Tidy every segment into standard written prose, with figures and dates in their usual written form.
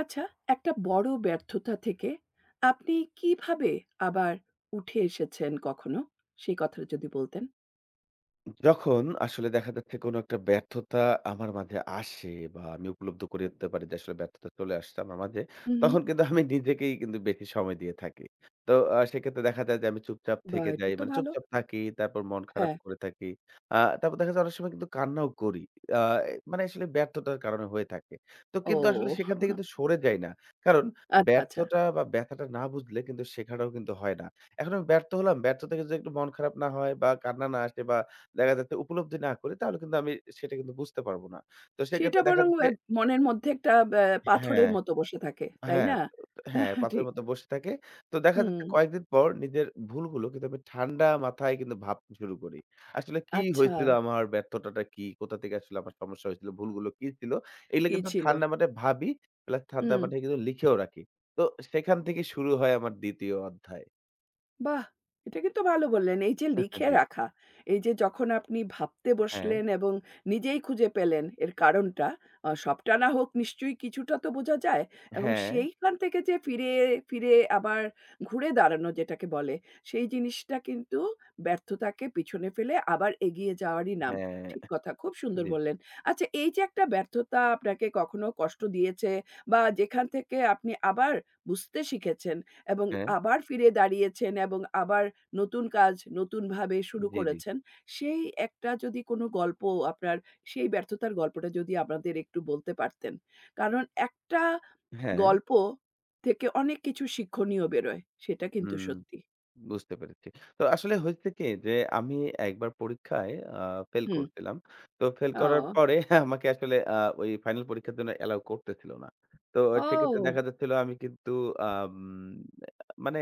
আচ্ছা, একটা বড় ব্যর্থতা থেকে আপনি কিভাবে আবার উঠে এসেছেন কখনো? সেই কথাটা যদি বলতেন। যখন আসলে দেখা যাচ্ছে কোনো একটা ব্যর্থতা আমার মাঝে আসে বা আমি উপলব্ধ করতে পারি যে আসলে ব্যর্থতা চলে আসছে আমার মাঝে হু, হু। তখন কিন্তু আমি নিজেকেই কিন্তু বেশি সময় দিয়ে থাকি। তো সেক্ষেত্রে দেখা যায় যে আমি চুপচাপ বাহ! থেকে এটা যাই। তো মানে ভালো। চুপচাপ থাকি, তারপর মন খারাপ হ্যাঁ। করে থাকি। তারপর দেখা যায় অনেক সময় কিন্তু কান্নাও করি। আ মানে আসলে ব্যর্থতার কারণে হয়ে থাকে। তো কিন্তু আসলে ও সেখান থেকে কিন্তু সরে যাই না। কারণ আচ্ছা, আচ্ছা। ব্যর্থটা বা ব্যথাটা না বুঝলে কিন্তু শেখাটাও কিন্তু হয় না। এখন আমি ব্যর্থ হলাম, ব্যর্থ থেকে যদি একটু মন খারাপ না হয় বা কান্না না আসে বা দেখা যাচ্ছে উপলব্ধি না করি তাহলে কিন্তু আমি সেটা কিন্তু বুঝতে পারব না। তো সেটা সেক্ষেত্রে দেখা বরং যাচ্ছে মনের মধ্যে একটা হ্যাঁ, পাথরের মতো বসে থাকে। তাই হ্যাঁ, না? তো হ্যাঁ, আহ, পাথরের ঠিক। মতো বসে থাকে। তো দেখা যাচ্ছে হুম। কয়েকদিন পর নিজের ভুলগুলো কিন্তু আমি ঠান্ডা মাথায় কিন্তু ভাবতে শুরু করি। আসলে কি আচ্ছা। হয়েছিল? আমার ব্যর্থতাটা কি? কোথা থেকে আসলে আমার সমস্যা হয়েছিল? ভুলগুলো কি ছিল? এগুলো কি কিন্তু ছিল? ঠান্ডা মাথায় ভাবি প্লাস ঠান্ডা হুম। মাথায় কিন্তু লিখেও রাখি। তো সেখান থেকে শুরু হয় আমার ২য় অধ্যায়। বাহ! এটা কিন্তু ভালো বললেন। এই যে লিখে জি, রাখা, এই যে যখন আপনি ভাবতে হ্যাঁ, বসলেন এবং নিজেই খুঁজে পেলেন এর কারণটা, সবটা না হোক নিশ্চয়ই কিছুটা তো বোঝা যায় এবং হ্যাঁ, সেইখান থেকে যে ফিরে, ফিরে আবার ঘুরে দাঁড়ানো যেটাকে বলে, সেই জিনিসটা কিন্তু ব্যর্থতাকে পিছনে ফেলে আবার এগিয়ে যাওয়ারই নাম। হ্যাঁ, ঠিক কথা, খুব সুন্দর জি, জি, বললেন। আচ্ছা এই যে একটা ব্যর্থতা আপনাকে কখনো কষ্ট দিয়েছে বা যেখান থেকে আপনি আবার বুঝতে শিখেছেন এবং হ্যাঁ, আবার ফিরে দাঁড়িয়েছেন এবং আবার নতুন কাজ নতুনভাবে শুরু জি, জি, করেছেন। সেই একটা যদি কোনো গল্প আপনার সেই ব্যর্থতার গল্পটা যদি আমাদের একটু বলতে পারতেন। কারণ একটা হ্যাঁ, গল্প থেকে অনেক কিছু শিক্ষণীয় বেরোয়। সেটা কিন্তু হুম। সত্যি। বুঝতে পেরেছি। তো আসলে হয়েছে কি যে আমি একবার পরীক্ষায় ফেল হুম। করছিলাম। তো ফেল করার ও! পরে আমাকে আসলে ওই ফাইনাল পরীক্ষার জন্য এলাও করতেছিল না। তো সেক্ষেত্রে দেখা ও! যাচ্ছিল আমি কিন্তু আম মানে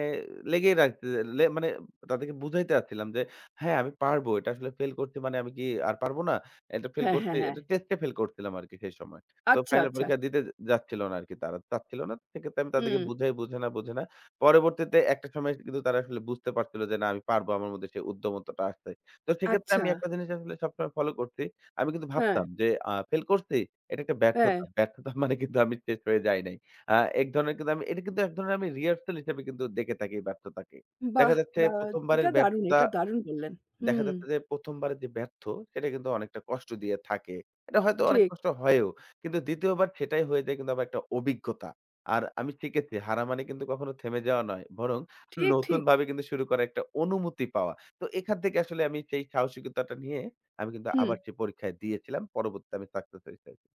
লেগেই রাখতে লে মানে তাদেরকে বুঝাইতে চাচ্ছিলাম যে, "হ্যাঁ, আমি পারবো। এটা আসলে ফেল করছি মানে আমি কি আর পারবো না? এটা ফেল হ্যাঁ, করছি।" হ্যাঁ, হ্যাঁ। এটা টেস্টে ফেল করছিলাম আরকি সেই সময়। তো আচ্ছা, ফাইনাল আচ্ছা। পরীক্ষা দিতে যাচ্ছিল না আরকি তারা। চাচ্ছিল না। সেক্ষেত্রে আমি তাদেরকে হুম। বুঝাই, বুঝে না, বুঝে না। পরবর্তীতে একটা সময় এসে কিন্তু তারা আসলে বুঝতে পারছিল যে, "না আমি পারবো। আমার মধ্যে সেই উদ্যমতাটা আসছে।" তো সেক্ষেত্রে আচ্ছা। আমি একটা জিনিস আসলে সবসময় ফলো করছি। আমি কিন্তু হ্যাঁ, ভাবতাম যে, ফেল করছি, এটা একটা হ্যাঁ। ব্যর্থতা। ব্যর্থতা মানে কিন্তু আমি শেষ হয়ে যাই নাই। আ এক ধরনের কিন্তু আমি এটা কিন্তু এক ধরনের আমি রিহার্সাল হিসেবে কিন্তু দেখে থাকি ব্যর্থতাকে। বাহ! দেখা যাচ্ছে বা ১ম বারের এটা দারুণ, ব্যর্থতা এটা দারুণ বললেন। দেখা হুম। যাচ্ছে যে ১ম বারে যে ব্যর্থ সেটা কিন্তু অনেকটা কষ্ট দিয়ে থাকে। এটা হয়তো অনেক ঠিক, কষ্ট হয়ও। কিন্তু ২য় বার সেটাই হয়ে যায় কিন্তু আবার একটা অভিজ্ঞতা। আর আমি শিখেছি হারা মানে কিন্তু কখনো থেমে যাওয়া নয়। বরং ঠিক, ঠিক। নতুনভাবে কিন্তু শুরু করার একটা অনুমতি পাওয়া। তো এখান থেকে আসলে আমি সেই সাহসিকতাটা নিয়ে আমি কিন্তু হুম। আবার সেই পরীক্ষায় দিয়েছিলাম। পরবর্তীতে আমি সাকসেস হয়েছি আরকি।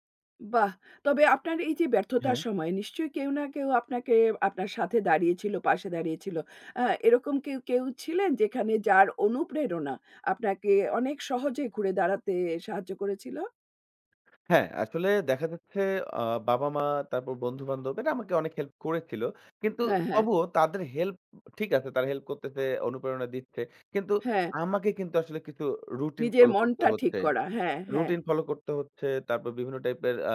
বাহ! তবে আপনার এই যে ব্যর্থতার হ্যাঁ। সময় নিশ্চয়ই কেউ না কেউ আপনাকে আপনার সাথে দাঁড়িয়েছিল, পাশে দাঁড়িয়েছিল। আ এরকম কেউ, কেউ ছিলেন যেখানে যার অনুপ্রেরণা আপনাকে অনেক সহজে ঘুরে দাঁড়াতে সাহায্য করেছিল? হ্যাঁ, আসলে দেখা যাচ্ছে আ বাবা-মা তারপর বন্ধু-বান্ধব এরা আমাকে অনেক হেল্প করেছিল। কিন্তু হ্যাঁ, হ্যাঁ, তবুও তাদের হেল্প ঠিক আছে, তারা হেল্প করতেছে, অনুপ্রেরণা দিচ্ছে। কিন্তু হ্যাঁ। আমাকে কিন্তু আসলে কিছু রুটিন নিজের ফলো করতে মনটা ঠিক হচ্ছে। করা। হ্যাঁ, হ্যাঁ। রুটিন ফলো করতে হচ্ছে। তারপর বিভিন্ন টাইপের আ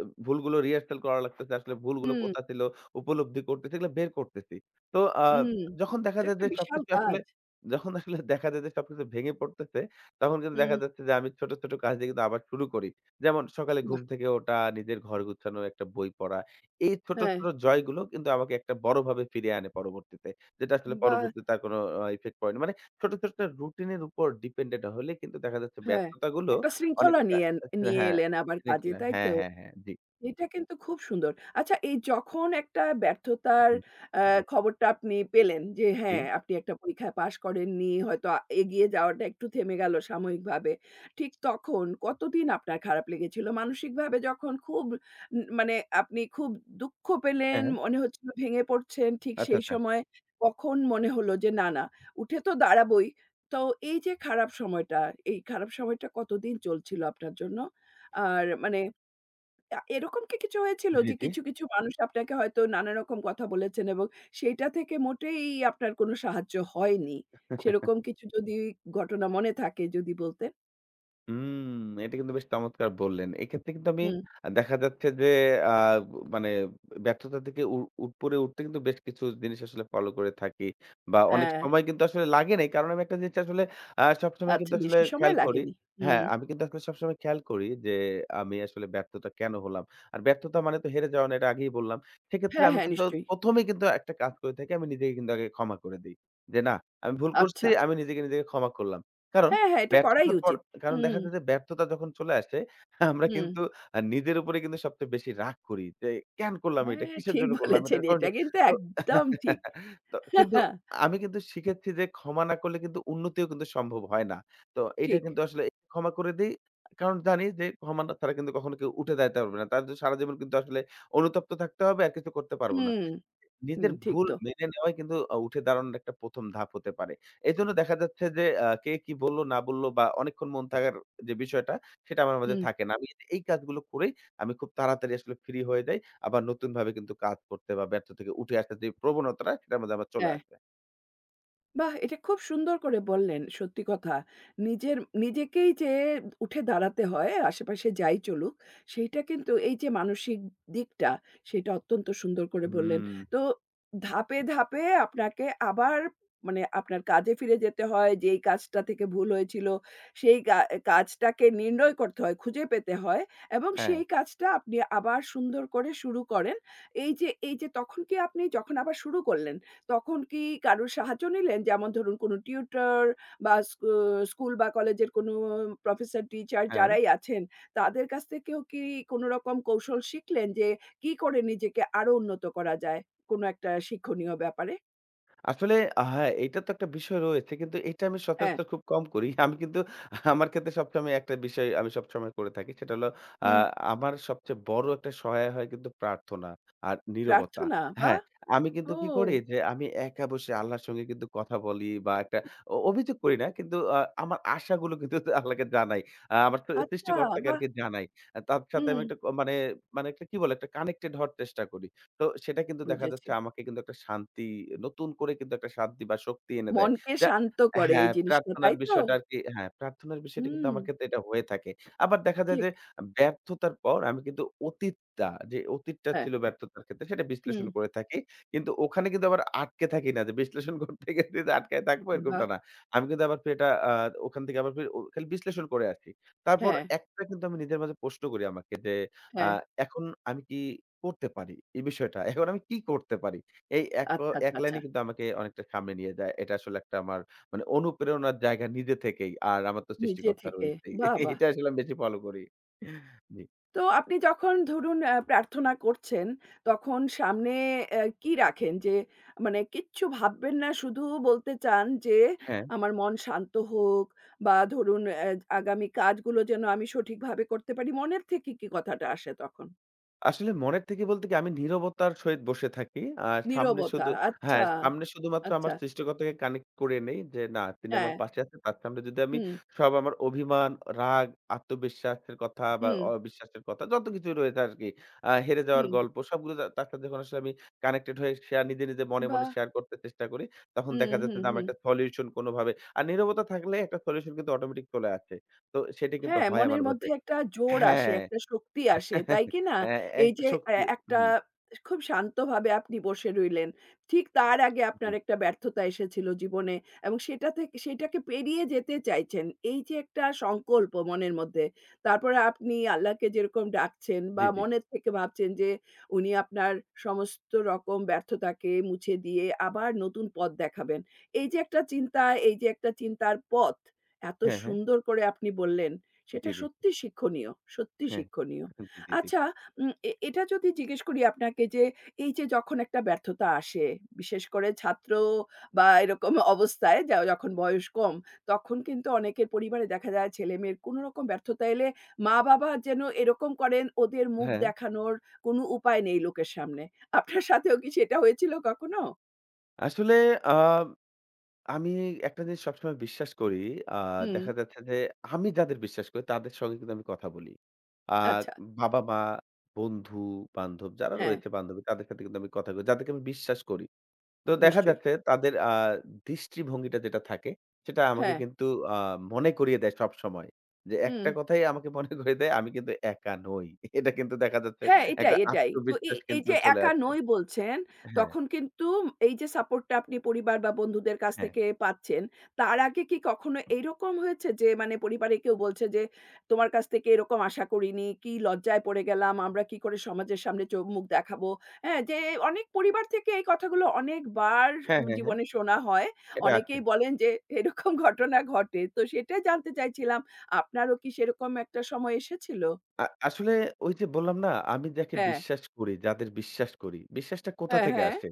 এ ভুলগুলো রিহার্সাল করা লাগতেছে। আসলে ভুলগুলো হুম, কোথা ছিল, উপলব্ধি করতেছি, এগুলো বের করতেছি। তো হুম। যখন দেখা এটা যায় একটা যে বিশাল সবকিছু আসলে কাজ। যখন আসলে দেখা যায় যে সবকিছু ভেঙে পড়তেছে, তখন কিন্তু হুম, দেখা যাচ্ছে যে আমি ছোট, ছোট কাজ দিয়ে কিন্তু আবার শুরু করি। যেমন সকালে ঘুম বাহ! থেকে ওঠা, নিজের ঘর গুছানো, একটা বই পড়া। এই ছোট, হ্যাঁ, ছোট জয়গুলো কিন্তু আমাকে একটা বড়ভাবে ফিরিয়ে আনে পরবর্তীতে। যেটা আসলে বাহ! পরবর্তীতে তার কোনো ইফেক্ট পড়েনি। মানে ছোট, ছোট রুটিনের উপর ডিপেন্ডেন্ট হলে কিন্তু দেখা যাচ্ছে হ্যাঁ। ব্যর্থতাগুলো একটা শৃঙ্খলা অনেকটা নিয়ে আচ্ছা নিয়ে হ্যাঁ, এলেন আবার কাজে, শৃঙ্খলা। তাই হ্যাঁ, তো? হ্যাঁ, হ্যাঁ। জি, এটা কিন্তু খুব সুন্দর। আচ্ছা এই যখন একটা ব্যর্থতার জি, অ্যা খবরটা আপনি পেলেন যে জি। হ্যাঁ, আপনি একটা পরীক্ষায় পাস করেননি, হয়তো এগিয়ে যাওয়াটা একটু থেমে গেল সাময়িকভাবে। ঠিক তখন কতদিন আপনার খারাপ লেগেছিল? মানসিকভাবে যখন খুব মানে আপনি খুব দুঃখ পেলেন, হ্যাঁ, হ্যাঁ। মনে হচ্ছিল ভেঙে পড়ছেন, ঠিক আচ্ছা, সেই আচ্ছা। সময় কখন মনে হলো যে না, না উঠে তো দাঁড়াবোই। তো এই যে খারাপ সময়টা, এই খারাপ সময়টা কতদিন চলছিল আপনার জন্য? আর মানে এরকম কি কিছু হয়েছিল যে জি, কিছু, কিছু মানুষ আপনাকে হয়তো নানা রকম কথা বলেছেন এবং সেইটা থেকে মোটেই আপনার কোনো সাহায্য হয়নি? জি। সেরকম কিছু যদি ঘটনা মনে থাকে যদি বলতেন? হুম, এটা কিন্তু বেশ চমৎকার বললেন। এক্ষেত্রে কিন্তু আমি হুম, দেখা যাচ্ছে যে আ মানে ব্যর্থতা থেকে উপরে উঠতে কিন্তু বেশ কিছু জিনিস আসলে ফলো করে থাকি। বা অনেক হ্যাঁ, সময় কিন্তু আসলে লাগে নাই। কারণ আমি একটা জিনিস আসলে সবসময় আচ্ছা কিন্তু আসলে বেশি সময় খেয়াল করি লাগেনি। হ্যাঁ, হুম, আমি কিন্তু আসলে সবসময় খেয়াল করি যে আমি আসলে ব্যর্থতা কেন হলাম? আর ব্যর্থতা মানে তো হেরে যাওয়া না, এটা আগেই বললাম। সেক্ষেত্রে হ্যাঁ, আমি হ্যাঁ কিন্তু নিশ্চয়ই। ১ম এই কিন্তু একটা কাজ করে থাকি। আমি নিজেকে কিন্তু আগে ক্ষমা করে দেই। যে না, আমি ভুল করছি, আচ্ছা। আমি নিজেকে ক্ষমা করলাম। কারণ হ্যাঁ, হ্যাঁ এটা করাই ব্যর্থতার পর উচিত। কারণ দেখা হুম, যায় যে ব্যর্থতা যখন চলে আসে আমরা হুম। কিন্তু নিজের উপরে কিন্তু সবচেয়ে বেশি রাগ করি। যে কেন করলাম এটা? হ্যাঁ কিসের ঠিক জন্য করলাম এটা? বলেছেন কারণ এটা কিন্তু তো একদম ঠিক। তো কিন্তু আমি কিন্তু শিখেছি যে ক্ষমা না করলে কিন্তু উন্নতিও কিন্তু সম্ভব হয় না। তো এটা ঠিক। কিন্তু আসলে ক্ষমা করে দেই। কারণ জানি যে ক্ষমা না ছাড়া কিন্তু কখনো কেউ উঠে দাঁড়াতে পারবে না। তার জন্য সারা জীবন কিন্তু আসলে অনুতপ্ত থাকতে হবে আর কিছু করতে পারব না। হুম, হুম নিজেদের ঠিক ভুল তো। মেনে নেওয়াই কিন্তু উঠে দাঁড়ানোর একটা ১ম ধাপ হতে পারে। এজন্য দেখা যাচ্ছে যে কে কি বলল না বলল বা অনেকক্ষণ মন থাকার যে বিষয়টা সেটা আমার মাঝে হুম, থাকে না। আমি এই কাজগুলো করেই আমি খুব তাড়াতাড়ি আসলে ফ্রি হয়ে যাই। আবার নতুনভাবে কিন্তু কাজ করতে বা ব্যর্থ থেকে উঠে আসার যে প্রবণতাটা সেটার মধ্যে আবার চলে হ্যাঁ। আসে। বাহ! এটা খুব সুন্দর করে বললেন, সত্যি কথা। নিজের নিজেকেই যে উঠে দাঁড়াতে হয়, আশেপাশে যাই চলুক, সেইটা কিন্তু এই যে মানসিক দিকটা, সেটা অত্যন্ত সুন্দর করে বললেন। হুম। তো ধাপে, ধাপে আপনাকে আবার মানে আপনার কাজে ফিরে যেতে হয়, যেই কাজটা থেকে ভুল হয়েছিল, সেই কাজটাকে নির্ণয় করতে হয়, খুঁজে পেতে হয় এবং হ্যাঁ, সেই কাজটা আপনি আবার সুন্দর করে শুরু করেন। এই যে এই যে তখন কি আপনি যখন আবার শুরু করলেন, তখন কি কারোর সাহায্য নিলেন? যেমন ধরুন কোনো টিউটর বা স্কুল বা কলেজের কোনো প্রফেসর, টিচার হ্যাঁ। যারাই আছেন, তাদের কাছ থেকেও কি কোনো রকম কৌশল শিখলেন যে কি করে নিজেকে আরো উন্নত করা যায় কোনো একটা শিক্ষণীয় ব্যাপারে? আসলে হ্যাঁ, এইটা তো একটা বিষয় রয়েছে। কিন্তু এটা আমি হ্যাঁ, সচরাচর খুব কম করি। আমি কিন্তু আমার ক্ষেত্রে সবসময় একটা বিষয় আমি সবসময় করে থাকি। সেটা হলো আ হুম, আমার সবচেয়ে বড় একটা সহায় হয় কিন্তু প্রার্থনা আর নীরবতা। প্রার্থনা হ্যাঁ, বাহ! আমি কিন্তু ও কি করি যে আমি একা বসে আল্লাহর সঙ্গে কিন্তু কথা বলি বা একটা অভিযোগ করি না। কিন্তু আমার আশাগুলো কিন্তু আল্লাহকে জানাই। আমার আচ্ছা, সৃষ্টিকর্তাকে বাহ! আরকি জানাই। আর তার সাথে আমি হুম, একটা মানে, মানে একটা কি বলে একটা কানেক্টেড হওয়ার চেষ্টা করি। তো সেটা কিন্তু দেখা বুঝেছি। যাচ্ছে আমাকে কিন্তু একটা শান্তি নতুন করে কিন্তু একটা শান্তি বা শক্তি এনে দেয়। মনকে যা শান্ত করে হ্যাঁ, এই জিনিসটা, প্রার্থনার তাই তো? বিষয়টা আরকি হ্যাঁ, প্রার্থনার বিষয়টা কিন্তু হুম, আমার ক্ষেত্রে এটা হয়ে থাকে। আবার দেখা যায় যে ঠিক। ব্যর্থতার পর আমি কিন্তু অতীতটা যে অতীতটা হ্যাঁ, ছিল ব্যর্থতার ক্ষেত্রে সেটা বিশ্লেষণ হুম, করে থাকি। কিন্তু ওখানে কিন্তু আবার আটকে থাকি না, যে বিশ্লেষণ করতে গিয়ে যে আটকায় থাকবো বাহ! এরকমটা না। আমি কিন্তু আবার এটা ওখান থেকে আবার ফির ও খালি বিশ্লেষণ করে আসি। তারপর হ্যাঁ, একটা কিন্তু আমি নিজের মাঝে প্রশ্ন করি আমাকে যে আ হ্যাঁ। এখন আমি কি করতে পারি, এই বিষয়টা। এখন আমি কি করতে পারি? এই এক ক আচ্ছা, এক আচ্ছা, আচ্ছা। লাইনই কিন্তু আমাকে অনেকটা সামনে নিয়ে যায়। এটা আসলে একটা আমার মানে অনুপ্রেরণার জায়গা নিজে থেকেই। আর আমার তো নিজে সৃষ্টিকর্তা থেকে। রয়েছেই। বাহ! বাহ! এটা আসলে আমি বেশি ফলো করি। জি। তো আপনি যখন ধরুন প্রার্থনা করছেন, তখন সামনে কি রাখেন? যে মানে কিচ্ছু ভাববেন না, শুধু বলতে চান যে, হ্যাঁ। "আমার মন শান্ত হোক" বা ধরুন আগামী কাজগুলো যেন আমি সঠিকভাবে করতে পারি। মনের থেকে কি কথাটা আসে তখন? আসলে মনের থেকে বলতে কি আমি নীরবতার সহিত বসে থাকি। আর সামনে নীরবতা। শুধু হ্যাঁ, আচ্ছা, সামনে শুধুমাত্র আমার আচ্ছা। সৃষ্টিকর্তাকে কানেক্ট করে নেই যে না, তিনি হ্যাঁ। আমার পাশে আছেন। তার সামনে যদি আমি হুম, সব আমার অভিমান, রাগ, আত্মবিশ্বাসের কথা বা হুম, অবিশ্বাসের কথা যত কিছু রয়েছে আরকি হেরে যাওয়ার হুম। গল্প সবগুলো তা তার সাথে যখন আসলে আমি কানেক্টেড হয়ে শেয়ার নিজে মনে বাহ! শেয়ার করতে চেষ্টা করি। তখন হুম, দেখা যাচ্ছে হুম, যে আমার হুম। একটা সলিউশন কোনভাবে আর নীরবতা থাকলে একটা সলিউশন কিন্তু অটোমেটিক চলে আসে। তো সেটা কিন্তু হ্যাঁ, হয় আমার মনের মাঝে মধ্যে একটা জোর আসে, হ্যাঁ। একটা শক্তি আসে, তাই কি না? হ্যাঁ, এই একটা যে এ শক্তি একটা হুম, খুব শান্তভাবে আপনি বসে রইলেন। ঠিক তার আগে জি, আপনার একটা ব্যর্থতা এসেছিল জীবনে এবং সেটা থেকে সেটাকে পেরিয়ে যেতে চাইছেন। এই যে একটা সংকল্প মনের মধ্যে। তারপরে আপনি আল্লাহকে যেরকম ডাকছেন জি, বা জি। মনের থেকে ভাবছেন যে উনি আপনার সমস্ত রকম ব্যর্থতাকে মুছে দিয়ে আবার নতুন পথ দেখাবেন। এই যে একটা চিন্তা, এই যে একটা চিন্তার পথ, এত হ্যাঁ, হ্যাঁ। সুন্দর করে আপনি বললেন। জি, সেটা জি। সত্যি শিক্ষণীয়, সত্যি হ্যাঁ। শিক্ষণীয়। জি, জি, জি। আচ্ছা এ এটা যদি জিজ্ঞেস করি আপনাকে যে, এই যে যখন একটা ব্যর্থতা আসে, বিশেষ করে ছাত্র বা এরকম অবস্থায় যা যখন বয়স কম, তখন কিন্তু অনেকের পরিবারে দেখা যায় ছেলেমেয়ের কোনো রকম ব্যর্থতা এলে মা-বাবা যেন এরকম করেন ওদের মুখ হ্যাঁ, দেখানোর কোনো উপায় নেই লোকের সামনে। আপনার সাথেও কি সেটা হয়েছিল কখনো? আসলে আ আমি একটা জিনিস সবসময় বিশ্বাস করি। আ হুম, দেখা যাচ্ছে যে আমি যাদের বিশ্বাস করি তাদের সঙ্গে কিন্তু আমি কথা বলি। আ আচ্ছা। বাবা-মা, বন্ধু-বান্ধব যারা হ্যাঁ, রয়েছে বান্ধবী তাদের সাথে কিন্তু আমি কথা কই যাদেরকে আমি বিশ্বাস করি। তো দেখা নিশ্চয়ই। যাচ্ছে তাদের দৃষ্টিভঙ্গিটা যেটা থাকে, সেটা আমাকে হ্যাঁ, কিন্তু আ মনে করিয়ে দেয় সবসময়। যে হুম। একটা কথাই আমাকে মনে করিয়ে দেয়, আমি কিন্তু একা নই। এটা কিন্তু দেখা যাচ্ছে হ্যাঁ, একটা এটাই, এটাই। তো এই আত্মবিশ্বাস এই কিন্তু যে চলে একা আসে। নই বলছেন, হ্যাঁ, তখন কিন্তু এই যে সাপোর্টটা আপনি পরিবার বা বন্ধুদের কাছ হ্যাঁ। থেকে পাচ্ছেন, তার আগে কি কখনো এইরকম হয়েছে যে মানে পরিবারে কেউ বলছে যে, "তোমার কাছ থেকে এরকম আশা করিনি, কি লজ্জায় পড়ে গেলাম, আমরা কি করে সমাজের সামনে চোখ মুখ দেখাবো?" হ্যাঁ, যে অনেক পরিবার থেকে এই কথাগুলো অনেকবার হ্যাঁ, হ্যাঁ, হ্যাঁ। জীবনে শোনা হয়। এটা আছে। অনেকেই বলেন যে এরকম ঘটনা ঘটে। তো সেটাই জানতে চাইছিলাম, আপনারও কি সেরকম একটা সময় এসেছিল? আসলে ওই যে বললাম না, আমি যাকে হ্যাঁ, বিশ্বাস করি, যাদের বিশ্বাস করি, বিশ্বাসটা কোথা হ্যাঁ, থেকে হ্যাঁ। আসে?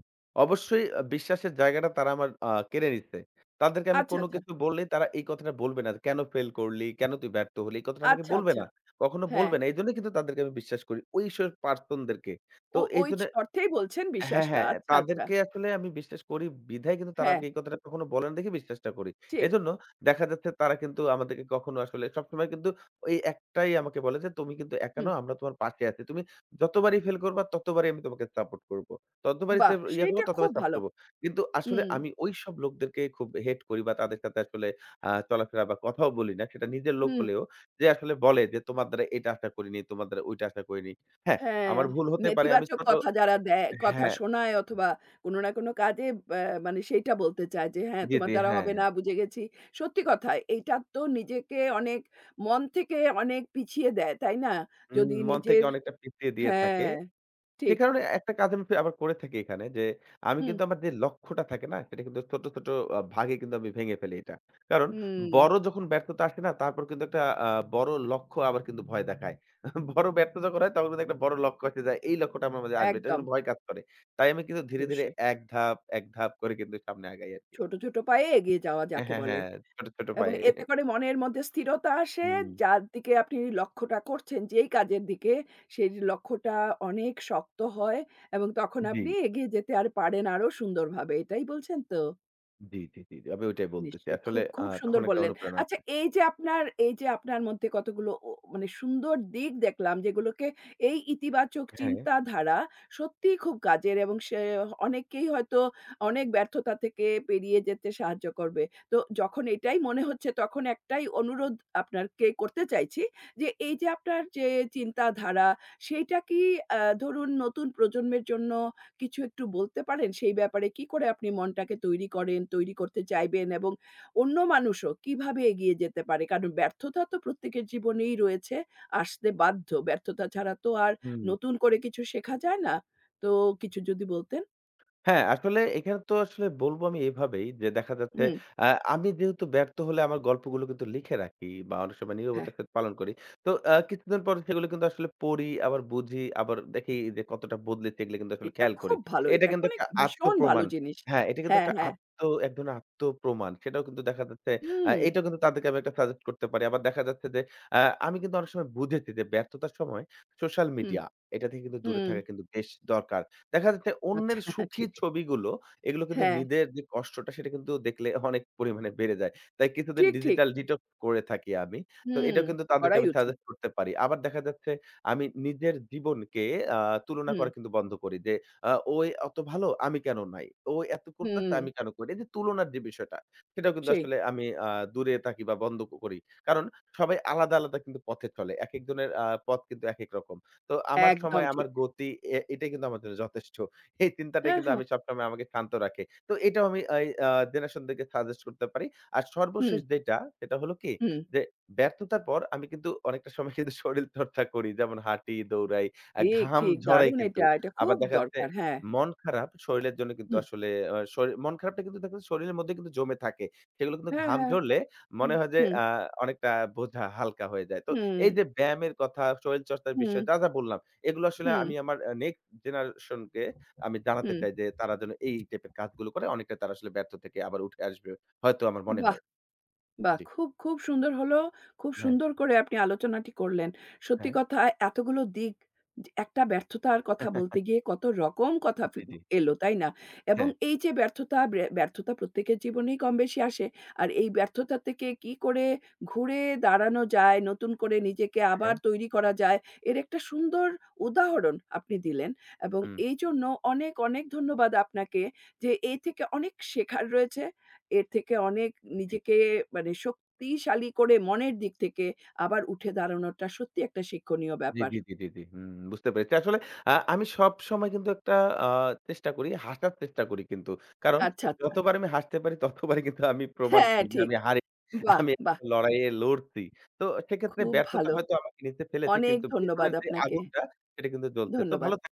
অবশ্যই বিশ্বাসের জায়গাটা তারা আমার কেড়ে নিচ্ছে। তাদেরকে আমি আচ্ছা, কোনো আচ্ছা। কিছু বললেই তারা এই কথাটা বলবে না। "কেন ফেল করলি? কেন তুই ব্যর্থ হলি?" এই কথাটা আমাকে আচ্ছা, বলবে আচ্ছা। না। কখনো হ্যাঁ। বলবে না। এজন্যই কিন্তু তাদেরকে আমি বিশ্বাস করি। ওইসব পার্সন দেরকে। তো ও ওই এইজন্য অর্থেই বলছেন হ্যাঁ, বিশ্বাসটা। হ্যাঁ। আচ্ছা, আচ্ছা। তাদেরকে আসলে আমি বিশ্বাস করি বিধায় কিন্তু তারা হ্যাঁ, আমাকে এই কথাটা কখনো বলে না দেখে বিশ্বাসটা করি। ঠিক। এজন্য দেখা যাচ্ছে তারা কিন্তু আমাদেরকে কখনো আসলে সবসময় কিন্তু ওই একটাই আমাকে বলে যে, "তুমি কিন্তু একা হুম, নও, আমরা তোমার পাশে আছি। তুমি যতবারই ফেইল করবা ততবারই আমি তোমাকে সাপোর্ট করব। ততবারই বাহ! সেভ ইয়া করব, সেইটা খুব ততবারই সাপোর্ট ভালো। করব।" কিন্তু আসলে হুম, আমি ওইসব লোকদেরকে খুব হেট করি বা তাদের সাথে আসলে চলাফেরা বা কথাও বলি না। সেটা নিজের লোক হুম। হলেও যে আসলে বলে যে, "তোমার দ্বারা এটা আশা করিনি, তোমার দ্বারা ওইটা আশা করিনি।" হ্যাঁ, হ্যাঁ, আমার ভুল হতে পারে। আমি নেতিবাচক ছোট কথা যারা দেয়, কথা হ্যাঁ। শোনায় অথবা কোনো না কোনো কাজে ব্যা মানে সেইটা বলতে চায় যে, "হ্যাঁ, জি, তোমার জি, দ্বারা হ্যাঁ। হবে না, বুঝে গেছি।" সত্যি কথা, এইটা তো নিজেকে অনেক মন থেকে অনেক পিছিয়ে দেয়, তাই না? উম যদি মন থেকে নিজের অনেকটা পিছিয়ে দিয়ে থাকে। হ্যাঁ, সে ঠিক। কারণে একটা কাজ আমি আবার করে থাকি এখানে যে, আমি হুম, কিন্তু আমার যে লক্ষ্যটা থাকে না? সেটা কিন্তু ছোট, ছোট ভাগে কিন্তু আমি ভেঙে ফেলি এটা। কারণ হুম। বড় যখন ব্যর্থতা আসে না? তারপর কিন্তু একটা আ বড় লক্ষ্য আবার কিন্তু ভয় দেখায়। বড় ব্যর্থ যখন হয় তখন কিন্তু একটা বড় লক্ষ্য আসে যায়, এই লক্ষ্যটা আমার মাঝে আসবে। এটা একদম, কিন্তু ভয় কাজ করে। তাই আমি কিন্তু ধীরে, ধীরে অবশ্যই। এক ধাপ, এক ধাপ করে কিন্তু সামনে আগাই আরকি। ছোট, ছোট পায়ে এগিয়ে যাওয়া যাকে হ্যাঁ, বলে। হ্যাঁ, ছোট, ছোট এবং পায়ে। এতে করে মনের মধ্যে স্থিরতা আসে, হুম। যার দিকে আপনি লক্ষ্যটা করছেন, যেই কাজের দিকে, সেই লক্ষ্যটা অনেক শক্ত হয় এবং তখন জি, আপনি এগিয়ে যেতে আর পারেন আরো সুন্দরভাবে। এটাই বলছেন তো? জি, জি, জি, জি। আমি ওইটাই বলতেছি। নিশ্চয়ই। আসলে খুব, খুব সুন্দর তখন একটা বললেন। অনুপ্রেরণা আচ্ছা এই যে আপনার মধ্যে কতগুলো ও মানে সুন্দর দিক দেখলাম যেগুলোকে এই ইতিবাচক হ্যাঁ, চিন্তাধারা সত্যিই খুব কাজের এবং সে অনেককেই হয়তো অনেক ব্যর্থতা থেকে পেরিয়ে যেতে সাহায্য করবে। তো যখন এটাই মনে হচ্ছে তখন একটাই অনুরোধ আপনারকে করতে চাইছি যে এই যে আপনার যে চিন্তাধারা সেইটা কি ধরুন নতুন প্রজন্মের জন্য কিছু একটু বলতে পারেন সেই ব্যাপারে কি করে আপনি মনটাকে তৈরি করেন, তৈরি করতে চাইবেন এবং অন্য মানুষও কিভাবে এগিয়ে যেতে পারে? কারণ ব্যর্থতা তো প্রত্যেকের জীবনেই রয়েছে, আসতে বাধ্য। ব্যর্থতা ছাড়া তো আর হুম। নতুন করে কিছু শেখা যায় না। তো কিছু যদি বলতেন? হ্যাঁ, আসলে এখানে তো আসলে বলব আমি এভাবেই যে দেখা যাচ্ছে হুম, আ আমি যেহেতু ব্যর্থ হলে আমার গল্পগুলো কিন্তু লিখে রাখি বা অনেক সময় হ্যাঁ, নীরবতার সাথে পালন করি। তো কিছুদিন পরে সেগুলো কিন্তু আসলে পড়ি, আবার বুঝি, আবার দেখি যে কতটা বদলেছে এগুলো কিন্তু আসলে এটা খেয়াল করি। খুব ভালো। এটা এটা কিন্তু মানে একটা ভীষণ ভালো আত্মপ্রমাণ। জিনিস। হ্যাঁ, এটা কিন্তু হ্যাঁ, একটা হ্যাঁ। আত্ম এক ধরনের আত্মপ্রমাণ। সেটাও কিন্তু দেখা যাচ্ছে হুম, এটাও কিন্তু তাদেরকে আমি একটা সাজেস্ট করতে পারি। আবার দেখা যাচ্ছে যে আ আমি কিন্তু অনেক সময় বুঝেছি যে ব্যর্থতার সময় সোশ্যাল হুম, মিডিয়া এটা থেকে কিন্তু দূরে হুম। থাকা কিন্তু বেশ দরকার। দেখা যাচ্ছে অন্যের আচ্ছা সুখী ঠিক। ছবিগুলো, এগুলো কিন্তু হ্যাঁ, নিজের যে কষ্টটা সেটা কিন্তু দেখলে অনেক পরিমাণে বেড়ে যায়। তাই কিছুদিন ঠিক, ঠিক। ডিজিটাল ডিটক্স করে থাকি আমি। তো হুম, এটাও কিন্তু তাদেরকে করাই আমি উচিত। সাজেস্ট করতে পারি। আবার দেখা যাচ্ছে আমি নিজের জীবনকে আ তুলনা হুম, করা কিন্তু বন্ধ করি যে, "ও অত ভালো, আমি কেন নাই? ও এত করতেছে, হুম। আমি কেন করি?" এই যে তুলনার যে বিষয়টা, সেটাও কিন্তু সেই আসলে আমি দূরে থাকি বা বন্ধ করি। কারণ সবাই আলাদা, আলাদা কিন্তু পথে চলে। একেকজনের পথ কিন্তু একেক রকম। তো আমার একদম সময়, আমার ঠিক। গতি এ এটাই কিন্তু আমার জন্য যথেষ্ট। এই চিন্তাটাই হ্যাঁ, কিন্তু হ্যাঁ। আমি সবসময় আমাকে শান্ত রাখে। তো এটাও আমি এই জেনারেশনদেরকে সাজেস্ট করতে পারি। আর হুম। সর্বশেষ যেটা, সেটা হলো কি হুম, যে ব্যর্থতার পর আমি কিন্তু অনেকটা সময় কিন্তু শরীরচর্চা করি। যেমন হাঁটি, দৌড়াই, ঠিক, ঘাম ঠিক। ঝরাই দারুণ কিন্তু। এটা। এটা আবার খুব দেখা যাচ্ছে দরকার। হ্যাঁ। মন খারাপ শরীরের জন্য কিন্তু হুম। আসলে শরীর মন খারাপটা কিন্তু দেখবেন শরীরের মধ্যে কিন্তু জমে থাকে। সেগুলো কিন্তু হ্যাঁ, ঘাম হ্যাঁ। ঝরলে মনে হুম, হয় যে হুম, অনেকটা বোঝা হালকা হয়ে যায়। তো হুম, এই যে ব্যায়ামের কথা, শরীরচর্চার হুম, বিষয় যা, যা বললাম, এগুলো আসলে হুম, আমি আমার নেক্সট জেনারেশন কে আমি জানাতে হুম। চাই যে তারা যেন এই টাইপের কাজগুলো করে অনেকটা তারা আসলে ব্যর্থ থেকে আবার উঠে আসবে। হয়তো আমার মনে বাহ! হয়। বাহ! জি। খুব, খুব সুন্দর হলো। খুব হ্যাঁ, সুন্দর করে আপনি আলোচনাটি করলেন। সত্যি হ্যাঁ। কথা এতগুলো দিক যে একটা ব্যর্থতার কথা বলতে গিয়ে কত রকম কথা জি, জি। এলো, তাই না? এবং হ্যাঁ, এই যে ব্যর্থতা, ব্যর্থতা প্রত্যেকের জীবনেই কমবেশি আসে। আর এই ব্যর্থতা থেকে কি করে ঘুরে দাঁড়ানো যায়, নতুন করে নিজেকে হ্যাঁ। আবার তৈরি করা যায়, এর একটা সুন্দর উদাহরণ আপনি দিলেন। এবং হুম, এইজন্য অনেক, অনেক ধন্যবাদ আপনাকে যে এই থেকে অনেক শেখার রয়েছে। এর থেকে অনেক জি। নিজেকে মানে শক্তিশালী করে মনের দিক থেকে আবার উঠে দাঁড়ানোটা সত্যি একটা শিক্ষণীয় জি, ব্যাপার। জি, জি, জি, জি। হুম, বুঝতে পেরেছি। আসলে আমি সবসময় কিন্তু একটা আ চেষ্টা করি, হাসার চেষ্টা করি কিন্তু। কারণ আচ্ছা, আচ্ছা। যতবার আমি হাসতে পারি ততবারই কিন্তু আমি প্রমাণ হ্যাঁ, করি যে ঠিক। আমি হারি বাহ! আমি বাহ! একটা লড়াইয়ে লড়ছি। তো সেক্ষেত্রে খুব ব্যর্থতা ভালো। হয়তো আমাকে নিচে ফেলেছে অনেক কিন্তু ধন্যবাদ ভেতরের যে আপনাকে। আগুনটা সেটা কিন্তু জ্বলছে। তো ধন্যবাদ। ভালো